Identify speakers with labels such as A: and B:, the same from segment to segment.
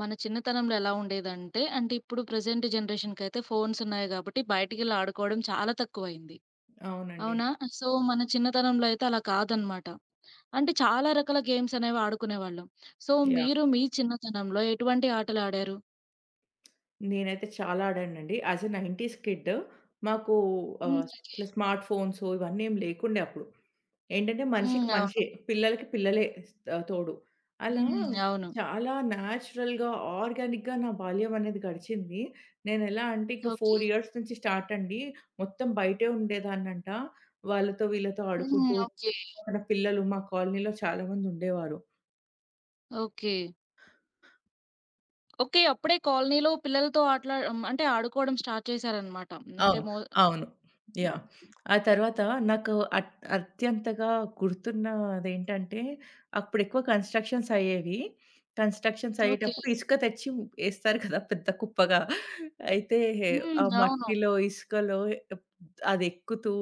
A: మన చిన్నతనంలో ఎలా ఉండేదంటే, అంటే ఇప్పుడు ప్రెజెంట్ జనరేషన్‌కైతే ఫోన్స్ ఉన్నాయి గాబట్టి బయటికెళ్ళి ఆడుకోవడం చాలా తక్కువయింది.
B: అవునండి.
A: అవునా? సో, మన చిన్నతనంలో అయితే అలా కాదనమాట. అంటే చాలా రకాల గేమ్స్ అనేవి ఆడుకునేవాళ్ళం. So,
B: yeah!
A: మీరు మీ చిన్నతనంలో ఎటువంటి ఆటలు ఆడారు?
B: నేనైతే చాలా ఆడానండి. యాజ్ ఎ 90స్ కిడ్ మాకు ఆహ్,
A: హ్మ్.
B: ఇట్లా స్మార్ట్ ఫోన్స్ ఇవన్నీ ఏం లేకుండే అప్పుడు. ఏంటంటే మనిషికి
A: హ్మ్. అవును.
B: మనిషే, పిల్లలకి పిల్లలే తోడు. అలా
A: హ్మ్. అవును.
B: చాలా న్యాచురల్‌గా, ఆర్గానిక్‌గా నా బాల్యం అనేది గడిచింది. నేనెలా అంటే ఇంక
A: ఓకే.
B: 4 ఇయర్స్ నుంచి స్టార్ట్ అండి. మొత్తం బయటే ఉండేదాన్నంట. వాళ్ళతో వీళ్ళతో
A: హ్మ్.
B: ఆడుకుంటూ
A: ఓకే.
B: చుట్టుపక్కన పిల్లలు మా కాలనీలో చాలామంది ఉండేవారు.
A: ఓకే. ఓకే. అప్పుడే కాలనీలో పిల్లలతో ఆటలా అంటే ఆడుకోవడం స్టార్ట్ చేశారనమాట. అంటే
B: అవును. అవును. యాహ్! ఆ తర్వాత నాకు అత్యంతగా గుర్తున్నదేంటంటే, అప్పుడెక్కువ కన్‌స్ట్రక్షన్స్ అయ్యేవి. Constructions
A: okay.
B: అయ్యేటప్పుడు ఇసుక తెచ్చి ఏస్తారు కదా! పెద్ద కుప్పగా. అయితే ఆ
A: హ్మ్. అవును.
B: మట్టిలో, ఇసుకలో అదెక్కుతూ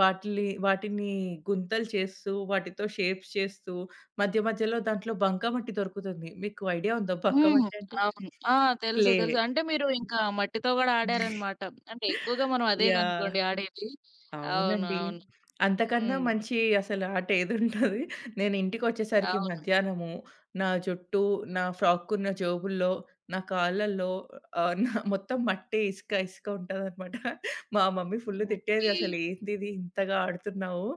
B: వాటిలి వాటిని వాటిని గుంతలు చేస్తూ, వాటితో షేప్స్ చేస్తూ, మధ్య మధ్యలో దాంట్లో బంకమట్టి దొరుకుతుంది. మీకు ఐడియా ఉందా
A: హ్మ్.
B: బంకమట్టి అంటే?
A: అవును. ఆ! తెలుసు.
B: క్లే.
A: తెలుసు. అంటే మీరు ఇంకా మట్టితో గూడా ఆడారనమాట. అంటే ఎక్కువగా మనం అదే
B: యాహ్!
A: గనుకోండి ఆడేది. అవును.
B: అవునండి.
A: అవును.
B: అంతకన్నా
A: హ్మ్.
B: మంచి అసలు ఆట ఏదుంటది. నేను ఇంటికొచ్చేసరికి
A: అవును.
B: మధ్యాహ్నము నా జుట్టు, నా ఫ్రాక్కున్న జేబుల్లో, నా కాళ్ళల్లో నా మొత్తం మట్టే, ఇసుక, ఇసుక ఉంటదనమాట. మా మమ్మీ ఫుల్లు తిట్టేది.
A: ఓకే.
B: "అసలు ఏందిది ఇంతగా ఆడుతున్నావు"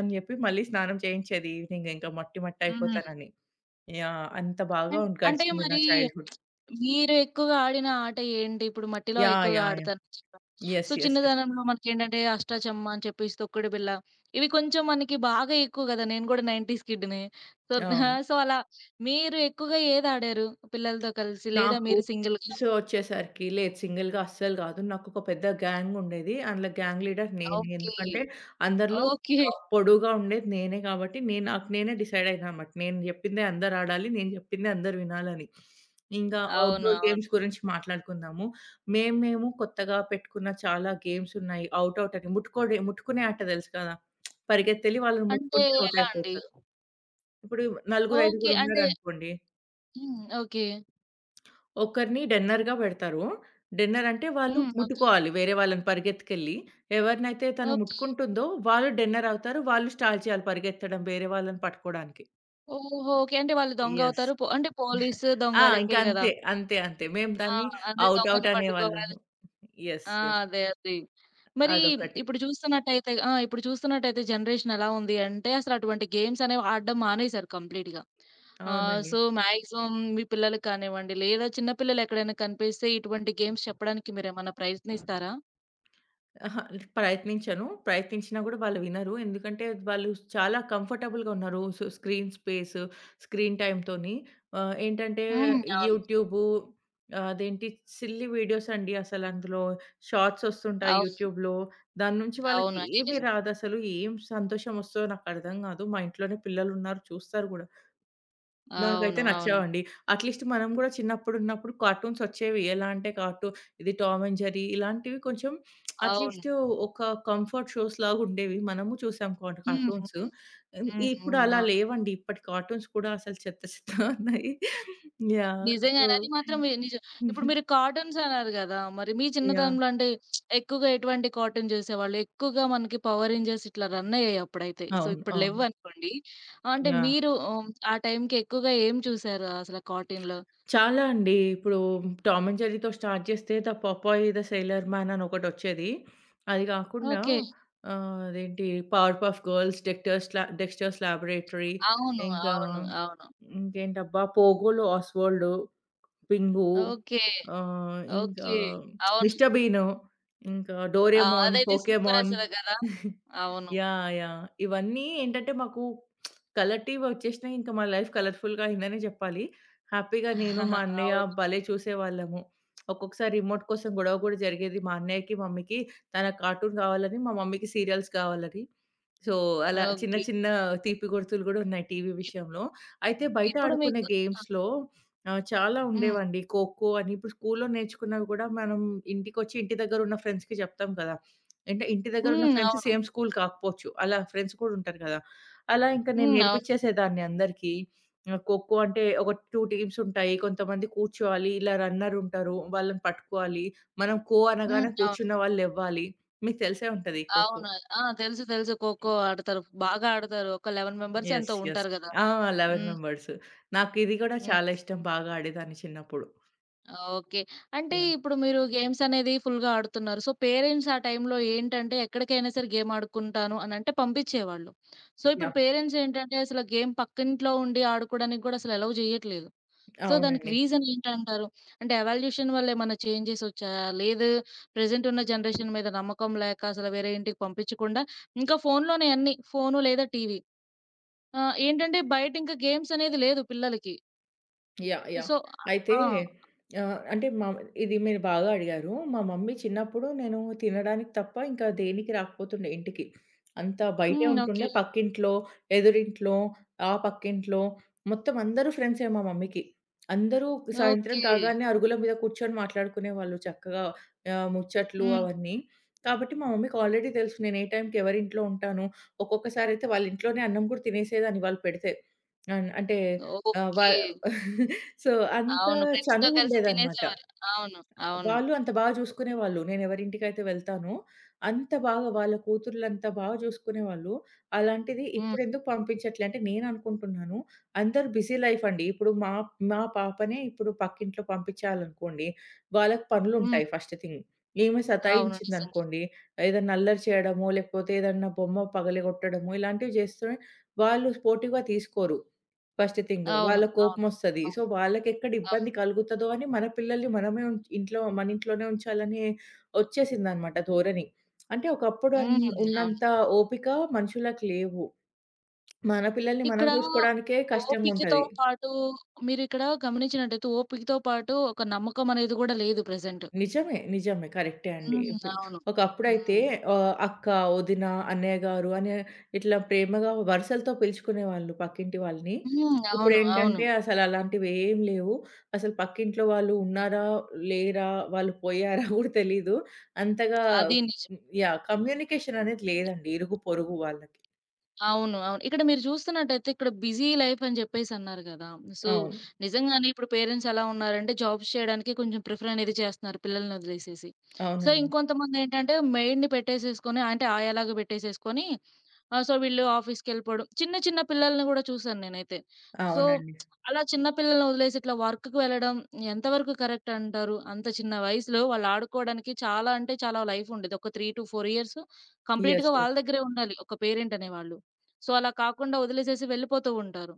B: అని జెప్పి మళ్ళీ స్నానం చేయించేది ఈవినింగ్ ఇంకా మట్టి
A: హ్మ్.
B: మట్టయిపోతానని. అంత బాగా
A: అన్ అంటే
B: గడిచింది నా
A: మరి
B: చైల్డ్‌హుడ్.
A: మీరు ఎక్కువగా ఆడిన ఆట ఏంటి? ఇప్పుడు మట్టిలో
B: యాహ్!
A: ఎక్కువగా
B: యాహ్! యాహ్!
A: ఆడతానని చెప్పారు. So,
B: yes, yes, yes.
A: చిన్నదనంలో మనకేంటంటే అష్టాచెమ్మా అని చెప్పేసి, తొక్కుడు బిల్ల ఇవి కొంచెం మనకి బాగా ఎక్కువ గదా! నేను గూడా 90స్ కిడ్‌నే. సో, ఆ!
B: ఆ!
A: సో, అలా మీరు ఎక్కువగా ఏదాడారు పిల్లలతో కలిసి? లేదా
B: నాకు
A: మీరు సింగిల్‌గా?
B: సో, వచ్చేసరికి లేదు సింగిల్‌గా అస్సలు కాదు. నాకొక పెద్ద గ్యాంగ్ ఉండేది. అందులో గ్యాంగ్ లీడర్ నేనే.
A: ఓకే.
B: ఎందుకంటే అందరిలో
A: ఓకే.
B: టాప్ పొడువుగా ఉండేది నేనే కాబట్టి, నేను నాకు నేనే డిసైడ్ అయినా అనమాట. నేను చెప్పిందే అందరూ ఆడాలి. నేను చెప్పిందే అందరూ వినాలని. ఇంగా
A: అవును.
B: అవుట్‌డోర్ గేమ్స్
A: అవును.
B: గురించి మాట్లాడుకుందాము. మేము మేము కొత్తగా పెట్టుకున్న చాలా గేమ్స్ ఉన్నాయి. అవుట్ అవుట్ అని ముట్టుకునే ఆట తెలుసు కదా! పరిగెత్తెళ్ళి వాళ్ళని
A: అంటే
B: ముట్టుకుంటే అవుట్
A: ఎలా అండి?
B: అయిపోతారు. ఇప్పుడు నలుగురు,
A: ఓకే.
B: ఐదుగురు
A: అంటే
B: ఉన్నారనుకోండి
A: హ్మ్. ఓకే.
B: ఒకరిని డిన్నర్‌గా పెడతారు. డిన్నర్ అంటే వాళ్ళు
A: హ్మ్. ఓకే.
B: ముట్టుకోవాలి. వేరే వాళ్ళని పరిగెత్తుకెళ్ళి, ఎవరినైతే తను
A: ఓకే.
B: ముట్టుకుంటుందో వాళ్ళు డిన్నర్ అవుతారు. వాళ్ళు స్టార్ట్ చేయాలి పరిగెత్తడం వేరే వాళ్ళని పట్టుకోడానికి.
A: ఓహో! ఓకే. అంటే వాళ్ళు
B: యెస్.
A: దొంగవుతారు. అంటే పోలీసు దొంగ
B: ఆ! ఇంక
A: లెక్కే గదా!
B: అంతే, అంతే, అంతే. మేము
A: ఆ!
B: దాన్ని
A: అదే
B: ఔట్
A: దొంగని
B: ఔట్
A: పట్టుకోవాలి.
B: అనేవాళ్ళము. యెస్,
A: ఆ!
B: యెస్.
A: అదే. అదే. మరి
B: అదొకటి.
A: ఇప్పుడు చూస్తున్నట్టయితే ఆ! ఇప్పుడు చూస్తున్నట్టయితే జనరేషన్ ఎలా ఉంది అంటే అసలు అటువంటి గేమ్స్ అనేవి ఆడడం మానేశారు కంప్లీట్‌గా. ఆహ్,
B: అవునండి.
A: సో, మాక్సిమం మీ పిల్లలకి కానివ్వండి, లేదా చిన్న పిల్లలు ఎక్కడైనా కనిపిస్తే ఇటువంటి గేమ్స్ చెప్పడానికి మీరేమన్నా ప్రయత్నిస్తారా?
B: అహా! ప్రయత్నించను. ప్రయత్నించినా గూడా వాళ్ళు వినరు. ఎందుకంటే వాళ్ళు చాలా కంఫర్టబుల్‌గా ఉన్నారు. సో, స్క్రీన్ స్పేస్, స్క్రీన్ టైమ్‌తోని. ఏంటంటే
A: హ్మ్. అవును.
B: యూట్యూబు అదేంటి సిల్లీ వీడియోస్ అండి అసలు అందులో షార్ట్స్ ఒస్తుంటాయి
A: అవును.
B: యూట్యూబ్‌లో. దాని నుంచి
A: అవును.
B: వాళ్ళకి
A: అది
B: ఏమి
A: నిజం.
B: రాదసలు. ఏం సంతోషం ఒస్తదో నాకర్థం గాదు. మా ఇంట్లోనే పిల్లలున్నారు చూస్తారు గూడా.
A: అవును.
B: నాకైతే
A: అవును.
B: నచ్చావండి. అట్‌లీస్ట్ మనం గూడా చిన్నప్పుడున్నప్పుడు కార్టూన్స్ ఒచ్చేవి. ఎలా అంటే ఇది 'టామ్ అండ్ జెర్రీ' ఇలాంటివి కొంచెం
A: అవును.
B: అట్‌లీస్ట్ ఒక కంఫర్ట్ షోస్ లాగుండేవి. మనము చూసాం కాట్
A: హ్మ్. హ్మ్.
B: కార్టూన్స్. హ్మ్,
A: హ్మ్.
B: ఇప్పుడు
A: హ్మ్.
B: అలా
A: అవును.
B: లేవండి. ఇప్పటి కార్టూన్స్ కూడా అసలు చెత్త చెత్తగా ఉన్నాయి. యాహ్! సో
A: నిజంగానే అది మాత్రం మీ నిజం. ఇప్పుడు మీరు కాటన్స్ అన్నారు గదా! మరి మీ
B: యాహ్!
A: చిన్నతనంలో అంటే ఎక్కువగా ఎటువంటి కాటన్ జూసేవాళ్ళు? ఎక్కువగా మనకి పవర్ రేంజర్స్ ఇట్లా రన్ అయ్యాయి అప్పుడైతే. సో,
B: అవును,
A: ఇప్పుడు
B: అవును.
A: లెవ్వనుకోండి. అంటే
B: యాహ్!
A: మీరు హ్మ్, ఆ టైంకి ఎక్కువగా ఏం చూసారు అసల కాటన్‌లో?
B: చాలా అండి. ఇప్పుడు 'టామ్ అండ్ జెర్రీ'తో స్టార్ట్ చేస్తే 'the Popeye the Sailor Man' అని ఒకటొచ్చేది. అది కాకుండా
A: ఓకే.
B: అదేంటి 'Powerpuff Girls', 'Dexter's lab 'Dexter's Laboratory'
A: అవును.
B: ఇంకా
A: అవును. అవును.
B: ఇంకేంటబ్బా 'పోగోలో ఆస్వాల్డ్', 'పింగు'
A: ఓకే.
B: ఇంకా
A: ఓకే. అవును.
B: 'మిస్టర్ బీన్' ఇంకా
A: ఆ!
B: 'డోరేమోన్',
A: అదైతే
B: 'పోకేమాన్'.
A: సూపరసల గదా! అవును.
B: యాహ్! యాహ్! ఇవన్నీ ఏంటంటే మాకు కలర్‌టివి వచ్చేసినాయి. ఇంకా మా లైఫ్ కలర్‌ఫుల్‌గా అయిందనే జెప్పాలి. హ్యాపీగా నేను, మా అన్నయ్య
A: అవును.
B: భలే చూసేవాళ్ళము. ఒక్కొక్కసారి రిమోట్ కోసం గొడవ గూడా జరిగేది మా అన్నయ్యకి, మమ్మీకి. తన కార్టూన్ కావాలని, మా మమ్మీకి సీరియల్స్ కావాలని. సో, అలా చిన్న
A: ఓకే.
B: చిన్న తీపి గుర్తులు గూడా ఉన్నాయి టీవీ విషయంలో. అయితే బయట
A: ఇప్పుడు
B: ఆడుకునే
A: మీకు ఆ!
B: గేమ్స్‌లో చాలా
A: హ్మ్.
B: ఉండేవండి. ఖోఖో అని ఇప్పుడు స్కూల్‌లో నేర్చుకున్నవి గూడా మనం ఇంటికొచ్చి ఇంటి దగ్గరున్న ఫ్రెండ్స్‌కి జెప్తాం కదా! అంటే ఇంటి దగ్గరున్న
A: హ్మ్.
B: ఫ్రెండ్స్
A: అవును.
B: సేమ్ స్కూల్ కాకపోవచ్చు. అలా ఫ్రెండ్స్ కూడా ఉంటారు కదా! అలా ఇంకా నేను
A: హ్మ్. అవును.
B: నేర్పించేసేదాన్ని అందరికీ. ఖోఖో అంటే ఒక 2 టీమ్స్ ఉంటాయి. కొంతమంది కూర్చోవాలి. ఇలా రన్నర్ ఉంటారు. వాళ్ళని పట్టుకోవాలి. మనం ఖో
A: హ్మ్.
B: అనగానే
A: అవును.
B: కూర్చున్న వాళ్ళు లెవ్వాలి. మీకు తెలిసే ఉంటది ఖోఖో.
A: అవును. ఆ! తెలుసు. తెలుసు. ఖోఖో ఆడతారు. బాగా ఆడతారు. ఒక 11 మెంబర్స్
B: యెస్,
A: ఎంతో
B: యెస్.
A: ఉంటారు గదా!
B: ఆ! 11
A: హ్మ్.
B: మెంబర్స్. నాకు ఇది కూడా
A: హ్మ్.
B: చాలా ఇష్టం. బాగా ఆడేదాన్ని చిన్నప్పుడు.
A: ఓకే. అంటే
B: యాహ్!
A: ఇప్పుడు మీరు గేమ్స్ అనేది ఫుల్‌గా ఆడుతున్నారు. సో, పేరెంట్స్ ఆ టైంలో ఏంటంటే ఎక్కడికైనా సరే గేమ్ ఆడుకుంటాను అనంటే పంపించేవాళ్ళు. సో, ఇప్పుడు
B: యాహ్!
A: పేరెంట్స్ ఏంటంటే అసలు గేమ్ పక్కింట్లో ఉండి ఆడుకోవడానికి కూడా అసలు అలౌ చేయట్లేదు. సో, దానికి
B: అవునండి.
A: రీజన్ ఏంటంటారు? అంటే ఎవాల్యుయేషన్ వల్ల ఏమన్నా చేంజెస్ వచ్చాయా? లేదు ప్రెజెంట్ ఉన్న జనరేషన్ మీద నమ్మకం లేక అసలు వేరే ఇంటికి పంపించకుండా ఇంకా ఫోన్‌లోనే అన్నీ ఫోను లేదా టీవీ. ఆహ్, ఏంటంటే బయట ఇంకా గేమ్స్ అనేది లేదు పిల్లలకి.
B: యాహ్! యాహ్!
A: సో ఆ!
B: అయితే అంటే ఇది మీరు బాగా అడిగారు. మా మమ్మీ చిన్నప్పుడు నేను తినడానికి తప్ప ఇంకా దేనికి రాకపోతుండే ఇంటికి. అంతా బయటే
A: హ్మ్.
B: ఉంటుండే.
A: ఓకే.
B: పక్కింట్లో, ఎదురింట్లో, ఆ పక్కింట్లో మొత్తం అందరూ ఫ్రెండ్సే మా మమ్మీకి. అందరూ సాయంత్రం
A: ఓకే.
B: కాగానే అరుగుల మీద కూర్చొని మాట్లాడుకునేవాళ్ళు చక్కగా ముచ్చట్లు
A: హ్మ్.
B: అవన్నీ. కాబట్టి మా మమ్మీకి ఆల్రెడీ తెలుసు నేను ఏ టైంకి ఎవరింట్లో ఉంటాను. ఒక్కొక్కసారి అయితే వాళ్ళ ఇంట్లోనే అన్నం కూడా తినేసేదాన్ని వాళ్ళు పెడితే. అంటే ఆహ్, వా
A: ఓకే.
B: సో, అంత
A: అవును. ఫ్రెండ్స్‌తో కలిసి
B: చనువుండేదనమాట.
A: తినేసేవారు. అవును. అవును.
B: వాళ్ళు అంత బాగా చూసుకునేవాళ్ళు. నేనెవరింటికైతే వెళ్తానో, అంత బాగా వాళ్ళ కూతుర్లంతా బాగా చూసుకునేవాళ్ళు. అలాంటిది
A: హ్మ్.
B: ఇప్పుడెందుకు పంపించట్లే అంటే, నేననుకుంటున్నాను, అందరూ బిజీ లైఫ్ అండి. ఇప్పుడు మా మా పాపనే ఇప్పుడు పక్కింట్లో పంపించాలనుకోండి, వాళ్ళకి
A: హ్మ్.
B: పనులుంటాయి ఫస్ట్ థింగ్. ఈమె
A: అవును. నిజంగా.
B: సతాయించిందనుకోండి, ఏదన్నా అల్లరి చేయడమో, లేకపోతే ఏదన్నా బొమ్మ పగలగొట్టడమో, ఇలాంటివి చేస్తే వాళ్ళు పోటీగా తీసుకోరు. First thing.
A: అవును.
B: వాళ్ళకి
A: అవును.
B: కోపమొస్తది. సో,
A: అవును.
B: వాళ్ళకెక్కడ
A: అవును.
B: ఇబ్బంది కలుగుతదో అని మన పిల్లల్ని మనమే ఇంట్లో మన ఇంట్లోనే ఉంచాలనే ఒచ్చేసిందనమాట ధోరణి. అంటే ఒకప్పుడు
A: హ్మ్. అవును.
B: ఉన్నంత ఓపిక మనుషులకి లేవు. మన పిల్లల్ని మనం
A: ఇక్కడ
B: చూసుకోవడానికే
A: ఓపికతో
B: కష్టంగుంటది.
A: పాటు మీరిక్కడ గమనించినట్టయితే ఓపికతో పాటు ఒక నమ్మకం అనేది గూడా లేదు ప్రెజెంట్.
B: నిజమే, నిజమే, కరెక్టే అండి.
A: హ్మ్.
B: ఇప్పుడు
A: అవును.
B: ఒకప్పుడైతే
A: హ్మ్.
B: అక్క, వదిన, అన్నయ్య గారు అని ఇట్లా ప్రేమగా వరుసలతో పిలుచుకునేవాళ్ళు పక్కింటి వాళ్ళని.
A: హ్మ్. అవును. అవును.
B: ఇప్పుడేంటంటే అసలలాంటివి ఏం లేవు. అసలు పక్కింట్లో వాళ్ళు ఉన్నారా? లేరా? వాళ్ళు పోయారా? కూడా తెలీదు. అంతగా
A: అది నిజం.
B: హ్మ్. యాహ్! కమ్యూనికేషన్ అనేది లేదండి ఇరుగు పొరుగు వాళ్ళకి.
A: అవును. అవును. ఇక్కడ మీరు చూస్తున్నట్టయితే ఇక్కడ బిజీ లైఫ్ అని చెప్పేసి అన్నారు కదా! సో,
B: అవును.
A: నిజంగానే ఇప్పుడు పేరెంట్స్ ఎలా ఉన్నారంటే జాబ్స్ చేయడానికి కొంచెం ప్రిఫర్ అనేది చేస్తున్నారు పిల్లల్ని వదిలేసేసి. సో,
B: అవునండి.
A: ఇంకొంతమందేంటంటే మెయిడ్‌ని పెట్టేసేసుకొని అంటే ఆయాలాగా పెట్టేసేసుకొని ఆహ్, సో, వీళ్ళు ఆఫీస్‌కెళ్ళిపోవడం. చిన్న చిన్న పిల్లల్ని గూడా చూసాను నేనైతే. సో,
B: అవునండి.
A: అలా చిన్న పిల్లల్ని వదిలేసి ఇట్లా వర్క్‌కి వెళ్ళడం ఎంతవరకు కరెక్ట్ అంటారు? అంత చిన్న వయసులో వాళ్ళు ఆడుకోవడానికి చాలా అంటే చాలా లైఫ్ ఉండేది. ఒక 3-4 ఇయర్స్
B: యెస్,
A: కంప్లీట్‌గా వాళ్ళ
B: యెస్.
A: దగ్గరే ఉండాలి. ఒక పేరెంట్ అనేవాళ్ళు. సో, అలా కాకుండా వదిలేసేసి వెళ్ళిపోతూ ఉంటారు.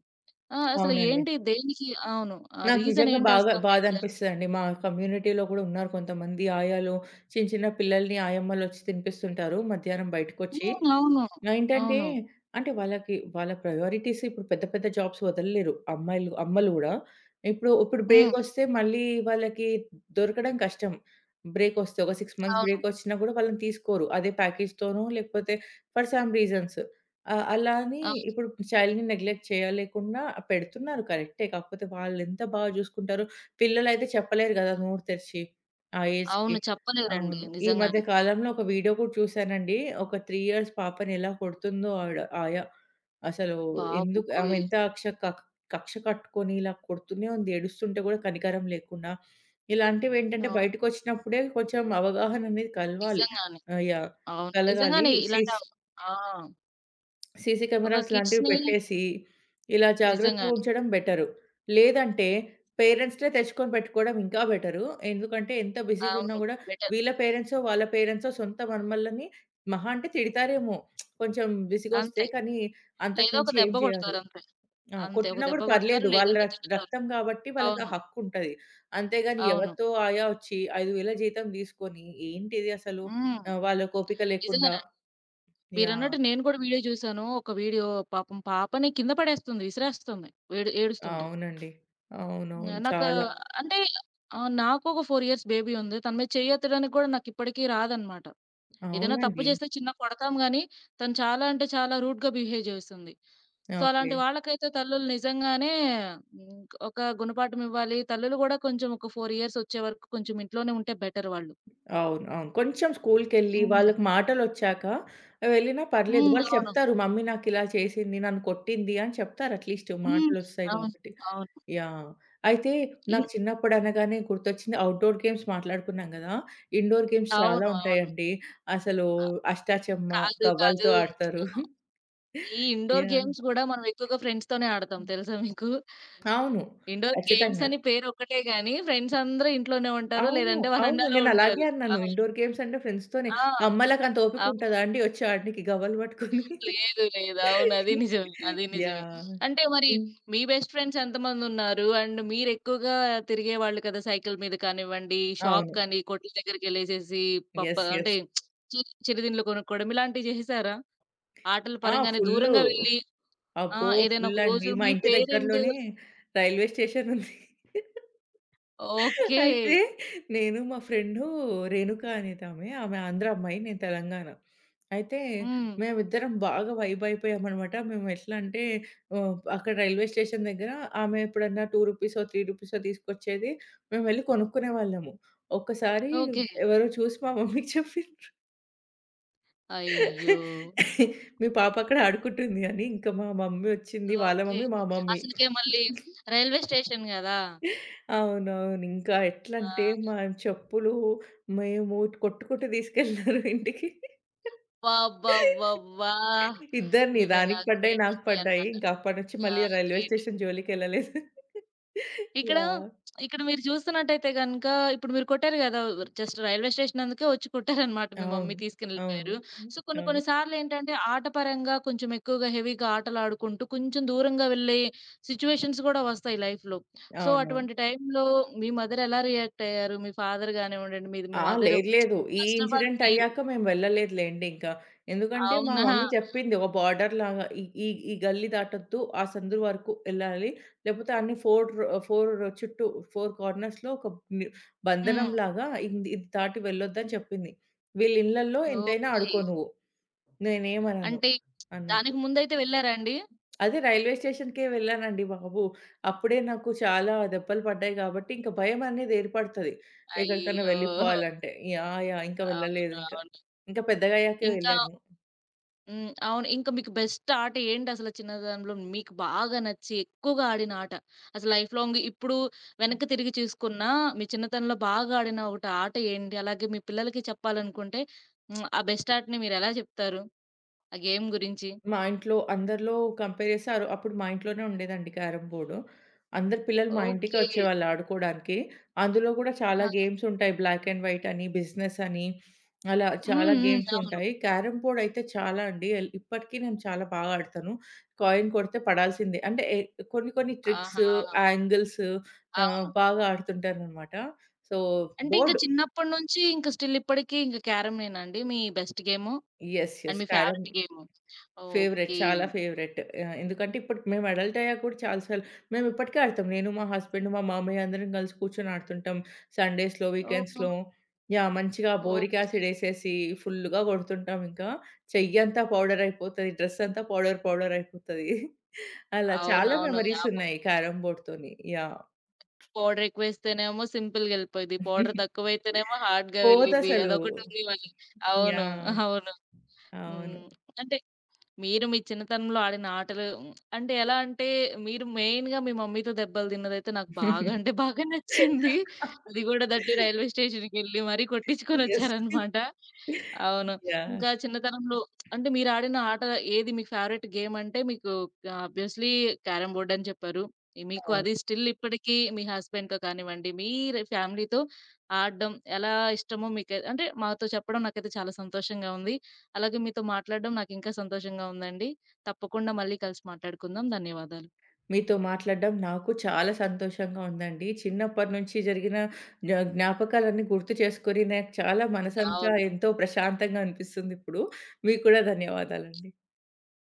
A: ఆ! అసలు
B: అవునండి.
A: ఏంటి దేనికి అవును. ఆ
B: నాకు
A: రీజన్
B: నిజంగా బాగా
A: ఏంటసల
B: బాధ
A: మెయిన్‌గా?
B: అనిపిస్తదండి. మా కమ్యూనిటీలో గూడా ఉన్నారు కొంతమంది ఆయాలు. చిన్న, చిన్న పిల్లల్ని ఆయమ్మలొచ్చి తినిపిస్తుంటారు మధ్యాహ్నం బయటకొచ్చి.
A: హ్మ్. అవును.
B: ఆ! ఏంటంటే,
A: అవును.
B: అంటే వాళ్ళకి వాళ్ళ ప్రయారిటీస్ ఇప్పుడు పెద్ద పెద్ద జాబ్స్ వదలలేరు. అమ్మాయిలు అమ్మలు గూడా. ఇప్పుడు ఇప్పుడు
A: హ్మ్.
B: బ్రేకొస్తే మళ్ళీ వాళ్ళకి దొరకడం కష్టం. బ్రేకొస్తే ఒక 6 మంత్స్
A: అవును.
B: బ్రేకొచ్చినా గూడా వాళ్ళని తీసుకోరు. అదే ప్యాకేజ్‌తోనో లేకపోతే ఫర్ సమ్ రీజన్స్. అలా అని
A: ఆ!
B: ఇప్పుడు చైల్డ్‌ని నెగ్లెక్ట్ చేయలేకుండా పెడుతున్నారు కరెక్టే. కాకపోతే వాళ్ళెంత బాగా జూసుకుంటారో పిల్లలైతే చెప్పలేరు గదా! నోరు తెరిచి. ఆ
A: అవును.
B: ఏజ్‌కి.
A: చెప్పలేరండి
B: అవును. ఈ మధ్య
A: నిజంగానే.
B: కాలంలో ఒక వీడియో కూడా చూసానండి. ఒక 3 ఇయర్స్ పాపని ఎలా కొడుతుందో ఆడ ఆయా. అసలు ఎందుకు ఆమె
A: బాబోయ్!
B: ఎంత అక్ష కక్ కక్ష కట్టుకొని ఇలా కొడుతూనే ఉంది. ఏడుస్తుంటే కూడా కనికరం లేకుండా. ఇలాంటివేంటంటే
A: ఆ!
B: బయటకొచ్చినప్పుడే కొంచెం అవగాహన అనేది కలవాలి.
A: నిజంగానే.
B: ఆహ్, యాహ్!
A: అవును.
B: కలగాలి.
A: నిజంగానే ఇలాంటి ఆ!
B: సీసీ
A: ఒక
B: కెమెరాస్ లాంటివి
A: కిడ్స్‌ని
B: పెట్టేసి, ఇలా జాగ్రత్తగా
A: నిజంగానే.
B: ఉంచడం బెటరు. లేదంటే పేరెంట్స్‌నే తెచ్చుకొని పెట్టుకోవడం ఇంకా బెటరు. ఎందుకంటే ఎంత బిజీగున్నా
A: అవును.
B: గూడా
A: బెటర్.
B: వీళ్ళ పేరెంట్సో, వాళ్ళ పేరెంట్సో సొంత మనుమళ్ళని మహా అంటే తిడతారేమో కొంచెం విసిగొస్తే.
A: అంతే.
B: కానీ అంతకు
A: లేదా ఒక
B: మించి ఏం
A: దెబ్బ
B: చేయరు.
A: కొడతారు అంతే.
B: ఆ!
A: అంతే. ఒక
B: కొట్టినా
A: దెబ్బ
B: గూడా
A: కొడతారు
B: పర్లేదు. వాళ్ళ
A: లేదంటే తిడతారు.
B: రక్తం కాబట్టి వాళ్ళకి ఆ
A: అవును.
B: హక్కు ఉంటది. అంతేగాని
A: అవును.
B: ఎవరితో ఆయా వచ్చి 5,000 జీతం తీసుకొని ఏంటిది అసలు?
A: హ్మ్.
B: వాళ్ళకి ఓపిక లేకుండా
A: నిజంగానే.
B: యాహ్!
A: మీరన్నట్టు నేను కూడా వీడియో చూసాను. ఒక వీడియో పాపం పాపని కింద పడేస్తుంది. విసిరేస్తుంది. ఏడుస్తుంటే.
B: అవునండి. అవునవును.
A: హ్మ్. నాకు
B: చాలా.
A: అంటే ఆహ్, నాకొక 4 ఇయర్స్ బేబీ ఉంది. తన మీద చెయ్యెత్తడానికి కూడా నాకిప్పటికి రాదనమాట. ఏదైనా తప్పు
B: అవునండి.
A: చేస్తే చిన్న కొడతాం గానీ, తను చాలా అంటే చాలా రూడ్‌గా బిహేవ్ చేస్తుంది. So,
B: okay.
A: అలాంటి వాళ్ళకైతే తల్లులు నిజంగానే హ్మ్, ఒక గుణపాఠం ఇవ్వాలి. తల్లులు కూడా కొంచెం ఒక 4 ఇయర్స్ వచ్చే వరకు కొంచెం ఇంట్లోనే ఉంటే బెటర్ వాళ్ళు.
B: అవును, అవును. కొంచెం స్కూలుకెళ్ళి
A: హ్మ్.
B: వాళ్ళకి మాటలొచ్చాక వెళ్ళినా పర్లేదు.
A: హ్మ్.
B: వాళ్ళు
A: అవును.
B: చెప్తారు. మమ్మీ నాకిలా చేసింది, నన్ను కొట్టింది అని చెప్తారు అట్‌లీస్ట్
A: హ్మ్.
B: మాటలొస్తాయి
A: అవును.
B: కాబట్టి.
A: అవును.
B: యాహ్! అయితే
A: ఇం
B: నాకు చిన్నప్పుడు అనగానే గుర్తొచ్చింది అవుట్‌డోర్ గేమ్స్ మాట్లాడుకున్నాం గదా! ఇండోర్ గేమ్స్ చాలా
A: అవును. అవును.
B: ఉంటాయండి. అసలు అష్టాచెమ్మ,
A: కాదు. కాదు.
B: గవ్వలతో ఆడతారు.
A: ఈ ఇండోర్
B: యాహ్!
A: గేమ్స్ గూడా మనం ఎక్కువగా ఫ్రెండ్స్‌తోనే ఆడతాం తెలుసా మీకు?
B: అవును.
A: ఇండోర్ గేమ్స్
B: ఖచ్చితంగా.
A: అని పేరొక్కటే గానీ, ఫ్రెండ్స్ అందరూ ఇంట్లోనే ఉంటారు.
B: అవును.
A: లేదంటే
B: అవును.
A: వరండాలో ఉంటారు.
B: నేనలాగే అన్నాను.
A: అవును.
B: ఇండోర్ గేమ్స్ అంటే ఫ్రెండ్స్‌తోనే.
A: ఆ!
B: అమ్మలకంత ఓపిక
A: అవును.
B: ఉంటదా అండి వచ్చి ఆడనీకి గవ్వలు పట్టుకొని?
A: లేదు. లేదు. అవును. అది నిజమే. అది నిజమే.
B: యాహ్!
A: అంటే మరి
B: హ్మ్.
A: మీ బెస్ట్ ఫ్రెండ్స్ ఎంతమందున్నారు? అండ్ మీరెక్కువగా తిరిగేవాళ్ళు కదా! సైకిల్ మీద కానివ్వండి, షాప్
B: అవును.
A: కానీ, కొట్ల దగ్గరికెళ్ళేసేసి పప్ప
B: యెస్,
A: అంటే
B: యెస్.
A: చి చిరుతిండ్లు కొనుక్కోవడం ఇలాంటివి చేసేసారా? ఆటల
B: ఆ!
A: పరంగానే
B: ఫుల్లు.
A: దూరంగా వెళ్లి ఆ!
B: అబ్బో!
A: ఏదైనా ఒక
B: ఫుల్
A: రోజు
B: అండి. మా
A: మీ
B: ఇంటి
A: పేరెంట్
B: దగ్గరలోనే రైల్వే స్టేషన్ ఉంది.
A: ఓకే.
B: అయితే నేను మా ఫ్రెండు రేణుక అనేదామె. ఆమె ఆంధ్ర అమ్మాయి. నేను తెలంగాణ. అయితే
A: హ్మ్.
B: మేమిద్దరం బాగా వైబ్ అయిపోయామనమాట. మేము ఎట్లా అంటే అక్కడ రైల్వే స్టేషన్ దగ్గర ఆమె ఎప్పుడన్నా రూ. 2 రూ. 3 తీసుకొచ్చేది. మేమెళ్లి కొనుక్కునేవాళ్ళము. ఒక్కసారి
A: ఓకే.
B: ఎవరో చూసి మా మమ్మీకి చెప్పింది.
A: అయ్యో!
B: మీ పాప అక్కడ ఆడుకుంటుంది అని. ఇంకా మా మమ్మీ వచ్చింది. వాళ్ళ
A: ఓకే.
B: మమ్మీ, మా మమ్మీ.
A: అసలకే మళ్ళీ రైల్వే స్టేషన్ గదా!
B: అవునవును. ఇంకా ఎట్లంటే
A: ఆ!
B: మా చెప్పులు మేము కొట్టుకుంటూ తీసుకెళ్లారు ఇంటికి.
A: అబ్బబ్బబ్బబ్బా!
B: ఇద్దరిని.
A: నిజంగా
B: దానికి పడ్డాయి,
A: గ్రేట్
B: నాకు
A: మమ్మీ
B: పడ్డాయి.
A: అన్నమాట.
B: ఇంకా అప్పటినుంచి
A: ఆ!
B: మళ్ళీ రైల్వే
A: గ్రేట్.
B: స్టేషన్ జోలికెళ్ళలేదు.
A: ఇక్కడ,
B: యాహ్!
A: ఇక్కడ మీరు చూస్తున్నట్టయితే గనక ఇప్పుడు మీరు కొట్టారు గదా! జస్ట్ రైల్వే స్టేషన్ అందుకే వచ్చి కొట్టారనమాట. మీ మమ్మీ
B: అవును, అవును.
A: తీసుకెళ్ళిపోయారు. సో, కొన్ని
B: అవును.
A: కొన్ని సార్లేంటంటే ఆట పరంగా కొంచెం ఎక్కువగా హెవీగా ఆటలాడుకుంటూ కొంచెం దూరంగా వెళ్ళే సిట్యుయేషన్స్ గూడా వస్తాయి లైఫ్‌లో. సో,
B: అవునవును.
A: అటువంటి టైంలో మీ మదర్ ఎలా రియాక్ట్ అయ్యారు? మీ ఫాదర్ గానివ్వండి, మీది మీ
B: ఆ!
A: మదరు
B: లేదు, లేదు. ఈ
A: ఫస్ట్ ఆఫ్ ఆల్
B: ఇన్సిడెంట్
A: మీరు.
B: అయ్యాక మేము వెళ్ళలేదు లెండి ఇంకా. ఎందుకంటే మా
A: అవునా?
B: మమ్మీ చెప్పింది ఒక బార్డర్‌లాగా ఈ ఈ ఈ గల్లీ దాటొద్దు. ఆ సందు వరకు ఎళ్ళాలి. లేపోతే అన్ని 4 చుట్టూ 4 కార్నర్స్‌లో ఒక ని
A: హ్మ్.
B: బంధనంలాగా ఇది దాటి వెళ్ళొద్దని చెప్పింది. వీళ్ళ ఇళ్ళల్లో ఎంతైనా
A: ఓకే.
B: ఆడుకో నువ్వు. నేనేమనను
A: అంటే
B: అన్నట్టు.
A: దానికి ముందైతే వెళ్లారా అండి?
B: అదే రైల్వే స్టేషన్‌కే వెళ్ళానండి బాబు. అప్పుడే నాకు చాలా దెబ్బలు పడ్డాయి గాబట్టి, ఇంక భయమనేది ఏర్పడతది. ఎక్కడికన్నా
A: అయ్యో!
B: వెళ్ళిపోవాలంటే యాహ్! యాహ్! ఇంక వెళ్ళలేదు
A: అవును.
B: ఇంక.
A: అవును.
B: ఇంక పెద్దగయ్యాకే
A: ఇంకా
B: వెళ్ళాను.
A: హ్మ్. అవును. ఇంక మీకు బెస్ట్ ఆట ఏంటసల చిన్నతనంలో మీకు బాగా నచ్చి ఎక్కువగా ఆడిన ఆట? అసలు లైఫ్ లాంగ్ ఇప్పుడు వెనక్కి తిరిగి చూసుకున్నా మీ చిన్నతనంలో బాగా ఆడిన ఒకటి ఆట ఏంటి? అలాగే మీ పిల్లలకి చెప్పాలనుకుంటే హ్మ్. ఆ బెస్ట్ ఆటని మీరెలా చెప్తారు? ఆ గేమ్ గురించి?
B: మా ఇంట్లో అందరిలో కంపేర్ చేస్తే ఆరో అప్పుడు మా ఇంట్లోనే ఉండేదండి క్యారమ్ బోర్డు. అందరు పిల్లలు మా ఇంటికే
A: ఓకే.
B: వచ్చేవాళ్ళు ఆడుకోవడానికి. అందులో కూడా చాలా
A: ఆహా!
B: గేమ్స్ ఉంటాయి. బ్లాక్ అండ్ వైట్ అని, బిజినెస్ అని, అలా
A: హ్మ్.
B: చాలా
A: హ్మ్.
B: గేమ్స్
A: అవును.
B: ఉంటాయి. క్యారమ్ బోర్డ్ అయితే చాలా అండి. ఇప్పటికి నేను చాలా బాగా ఆడతాను. కాయిన్ కొడితే పడాల్సిందే. అంటే ఎ కొన్ని కొన్ని ట్రిక్స్,
A: ఆహా!
B: యాంగిల్స్
A: అవును.
B: బాగా ఆడుతుంటాననమాట. సో,
A: అంటే ఇంక
B: బోర్డ్
A: చిన్నప్పటి నుంచి ఇంక స్టిల్ ఇప్పటికి ఇంక క్యారమ్ నేనా అండి మీ best game?
B: Yes,
A: and
B: yes.
A: మీ
B: carrom
A: favourite game?
B: Favourite.
A: Okay.
B: చాలా ఫేవరెట్. ఎందుకంటే ఇప్పుడు మేము అడల్ట్ అయ్యాక కూడా చాలా సార్లు మేము ఇప్పటికే ఆడతాం. నేను, మా హస్బెండ్, మా మామయ్య అందరం కలిసి కూర్చొని ఆడుతుంటాం. సండేస్‌లో,
A: ఓహో!
B: వీకెండ్స్‌లో. మంచిగా బోరిక్
A: ఓహ్!
B: యాసిడ్ ఎసేసి ఫుల్‌గా కొడుతుంటాం ఇంకా. చెయ్యంతా పౌడర్ అయిపోతది. డ్రెస్ అంతా పౌడర్, పౌడర్ అయిపోతది. అలా చాలా
A: అవునవును.
B: Memories
A: yeah!
B: ఉన్నాయి క్యారమ్ బోర్డ్‌తోని.
A: పౌడర్ ఎక్కువేస్తేనేమో సింపుల్‌గా ఎళ్ళిపోయిద్ది. పౌడర్ తక్కువైతేనేమో హార్డ్‌గా వెళ్ళిద్ది.
B: పోదసలు.
A: అదొకటుంది మళ్ళీ. అవును.
B: యాహ్!
A: అవును.
B: అవును.
A: హ్మ్. అంటే మీరు మీ చిన్నతనంలో ఆడిన ఆటలు అంటే ఎలా అంటే మీరు మెయిన్‌గా మీ మమ్మీతో దెబ్బలు తిన్నదైతే నాకు బాగా అంటే బాగా నచ్చింది. అది కూడా దట్టు రైల్వే స్టేషన్‌కెళ్ళి మరీ
B: యెస్.
A: కొట్టించుకొనొచ్చారనమాట. అవును.
B: యాహ్!
A: ఇంకా చిన్నతనంలో అంటే మీరాడిన ఆట ఏది మీ ఫేవరెట్ గేమ్ అంటే మీకు ఆబ్వియస్‌లీ క్యారమ్ బోర్డ్ అని చెప్పారు. ఈ మీకు
B: అవును.
A: అది స్టిల్ ఇప్పటికి మీ హస్బెండ్‌తో కానివ్వండి, మీరు ఫ్యామిలీతో ఆడడం ఎలా ఇష్టమో మీకు అంటే మాతో చెప్పడం నాకైతే చాలా సంతోషంగా ఉంది. అలాగే మీతో మాట్లాడడం నాకింకా సంతోషంగా ఉందండి. తప్పకుండా మళ్ళీ కలిసి మాట్లాడుకుందాం. ధన్యవాదాలు.
B: మీతో మాట్లాడడం నాకు చాలా సంతోషంగా ఉందండి. చిన్నప్పటి నుంచి జరిగిన జ్ఞాపకాలన్నీ గుర్తు చేసుకొని నాకు చాలా మనసంతా
A: అవును.
B: ఎంతో ప్రశాంతంగా అనిపిస్తుందిప్పుడు. మీకు కూడా ధన్యవాదాలండి.